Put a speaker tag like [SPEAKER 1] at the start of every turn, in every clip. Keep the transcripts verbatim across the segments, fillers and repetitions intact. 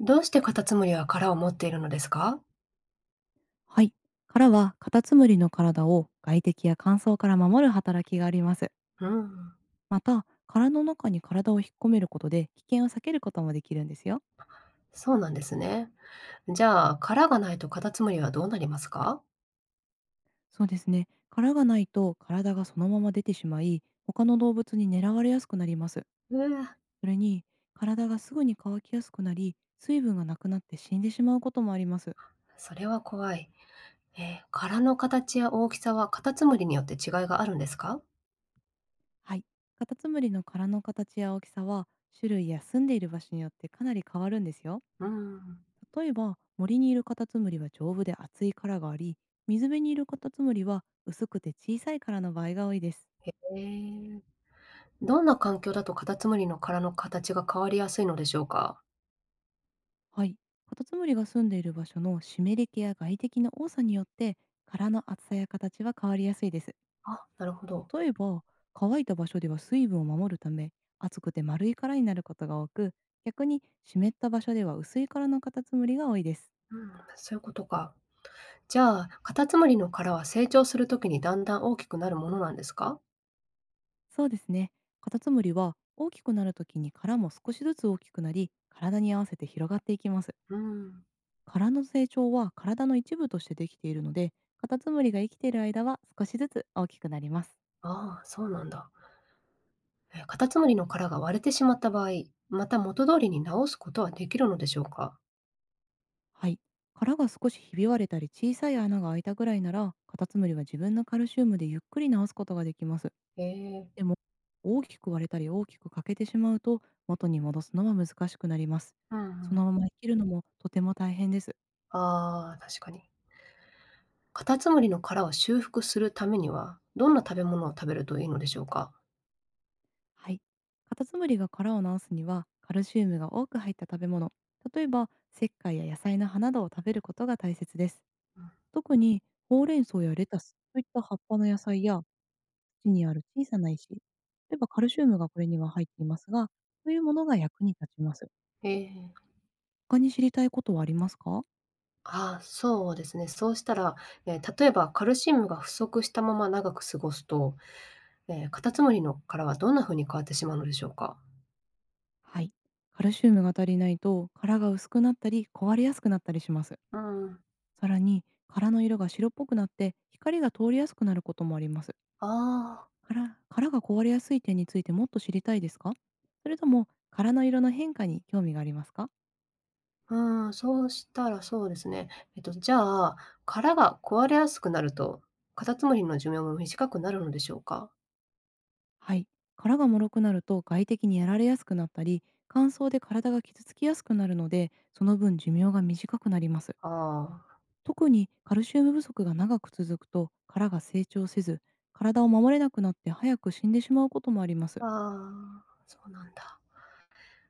[SPEAKER 1] どうしてカタツムリは殻を持っているのですか？
[SPEAKER 2] はい。殻はカタツムリの体を外敵や乾燥から守る働きがあります。
[SPEAKER 1] うん、
[SPEAKER 2] また、殻の中に体を引っ込めることで危険を避けることもできるんですよ。
[SPEAKER 1] そうなんですね。じゃあ、殻がないとカタツムリはどうなりますか？
[SPEAKER 2] そうですね。殻がないと体がそのまま出てしまい、他の動物に狙われやすくなります。
[SPEAKER 1] うわ、
[SPEAKER 2] それに、体がすぐに乾きやすくなり、水分がなくなって死んでしまうこともあります。
[SPEAKER 1] それは怖い。えー殻の形や大きさはカタツムリによって違いがあるんですか？
[SPEAKER 2] はい。カタツムリの殻の形や大きさは、種類や住んでいる場所によってかなり変わるんですよ。
[SPEAKER 1] うん、
[SPEAKER 2] 例えば森にいるカタツムリは丈夫で厚い殻があり、水辺にいるカタツムリは薄くて小さい殻の場合が多いです。
[SPEAKER 1] えーどんな環境だとカタツムリの殻の形が変わりやすいのでしょうか？
[SPEAKER 2] はい。カタツムリが住んでいる場所の湿り気や外敵の多さによって、殻の厚さや形は変わりやすいです。
[SPEAKER 1] あ、なるほど。
[SPEAKER 2] 例えば乾いた場所では水分を守るため厚くて丸い殻になることが多く、逆に湿った場所では薄い殻のカタツムリが多いです。
[SPEAKER 1] うん、そういうことか。じゃあ、カタツムリの殻は成長するときにだんだん大きくなるものなんですか？
[SPEAKER 2] そうですね。カタツムリは大きくなるときに殻も少しずつ大きくなり、体に合わせて広がっていきます。
[SPEAKER 1] うん、
[SPEAKER 2] 殻の成長は体の一部としてできているので、カタツムリが生きている間は少しずつ大きくなります。
[SPEAKER 1] ああ、そうなんだ。え、カタツムリの殻が割れてしまった場合、また元通りに直すことはできるのでしょうか？
[SPEAKER 2] はい。殻が少しひび割れたり小さい穴が開いたぐらいなら、カタツムリは自分のカルシウムでゆっくり治すことができます。
[SPEAKER 1] えー、
[SPEAKER 2] でも、大きく割れたり大きく欠けてしまうと、元に戻すのは難しくなります。
[SPEAKER 1] うんう
[SPEAKER 2] そ
[SPEAKER 1] ん。
[SPEAKER 2] のまま生きるのもとても大変です。
[SPEAKER 1] ああ、確かに。カタツムリの殻を修復するためには、どんな食べ物を食べるといいのでしょうか？
[SPEAKER 2] はい。カタツムリが殻を治すには、カルシウムが多く入った食べ物、例えば石灰や野菜の葉などを食べることが大切です。特にほうれん草やレタスといった葉っぱの野菜や、土にある小さな石、例えばカルシウムがこれには入っていますが、そういうものが役に立ちます。
[SPEAKER 1] えー。
[SPEAKER 2] 他に知りたいことはありますか？
[SPEAKER 1] ああ、そうですね。そうしたら、え、例えばカルシウムが不足したまま長く過ごすと、え、カタツムリの殻はどんな風に変わってしまうのでしょうか？
[SPEAKER 2] はい。カルシウムが足りないと殻が薄くなったり壊れやすくなったりします。
[SPEAKER 1] うん。
[SPEAKER 2] さらに殻の色が白っぽくなって光が通りやすくなることもあります。
[SPEAKER 1] ああ。
[SPEAKER 2] 殻殻が壊れやすい点についてもっと知りたいですか？それとも殻の色の変化に興味がありますか？
[SPEAKER 1] うん、そうしたらそうですね。えっと、じゃあ、殻が壊れやすくなると、カタツムリの寿命も短くなるのでしょうか？
[SPEAKER 2] はい。殻が脆くなると外敵にやられやすくなったり、乾燥で体が傷つきやすくなるので、その分寿命が短くなります。
[SPEAKER 1] あ
[SPEAKER 2] 特にカルシウム不足が長く続くと、殻が成長せず、体を守れなくなって早く死んでしまうこともあります。
[SPEAKER 1] あ、ああ、そうなんだ。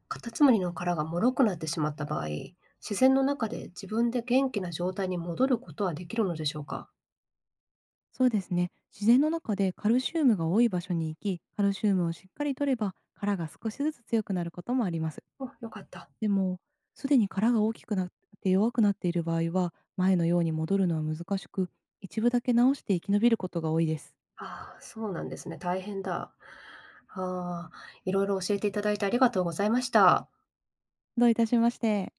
[SPEAKER 1] カタツムリの殻が脆くなってしまった場合、自然の中で自分で元気な状態に戻ることはできるのでしょうか？
[SPEAKER 2] そうですね。自然の中でカルシウムが多い場所に行き、カルシウムをしっかりとれば、殻が少しずつ強くなることもあります。
[SPEAKER 1] お、よかった。
[SPEAKER 2] でも、すでに殻が大きくなって弱くなっている場合は、前のように戻るのは難しく、一部だけ直して生き延びることが多いです。
[SPEAKER 1] ああ、そうなんですね。大変だ。ああ、いろいろ教えていただいてありがとうございました。
[SPEAKER 2] どういたしまして。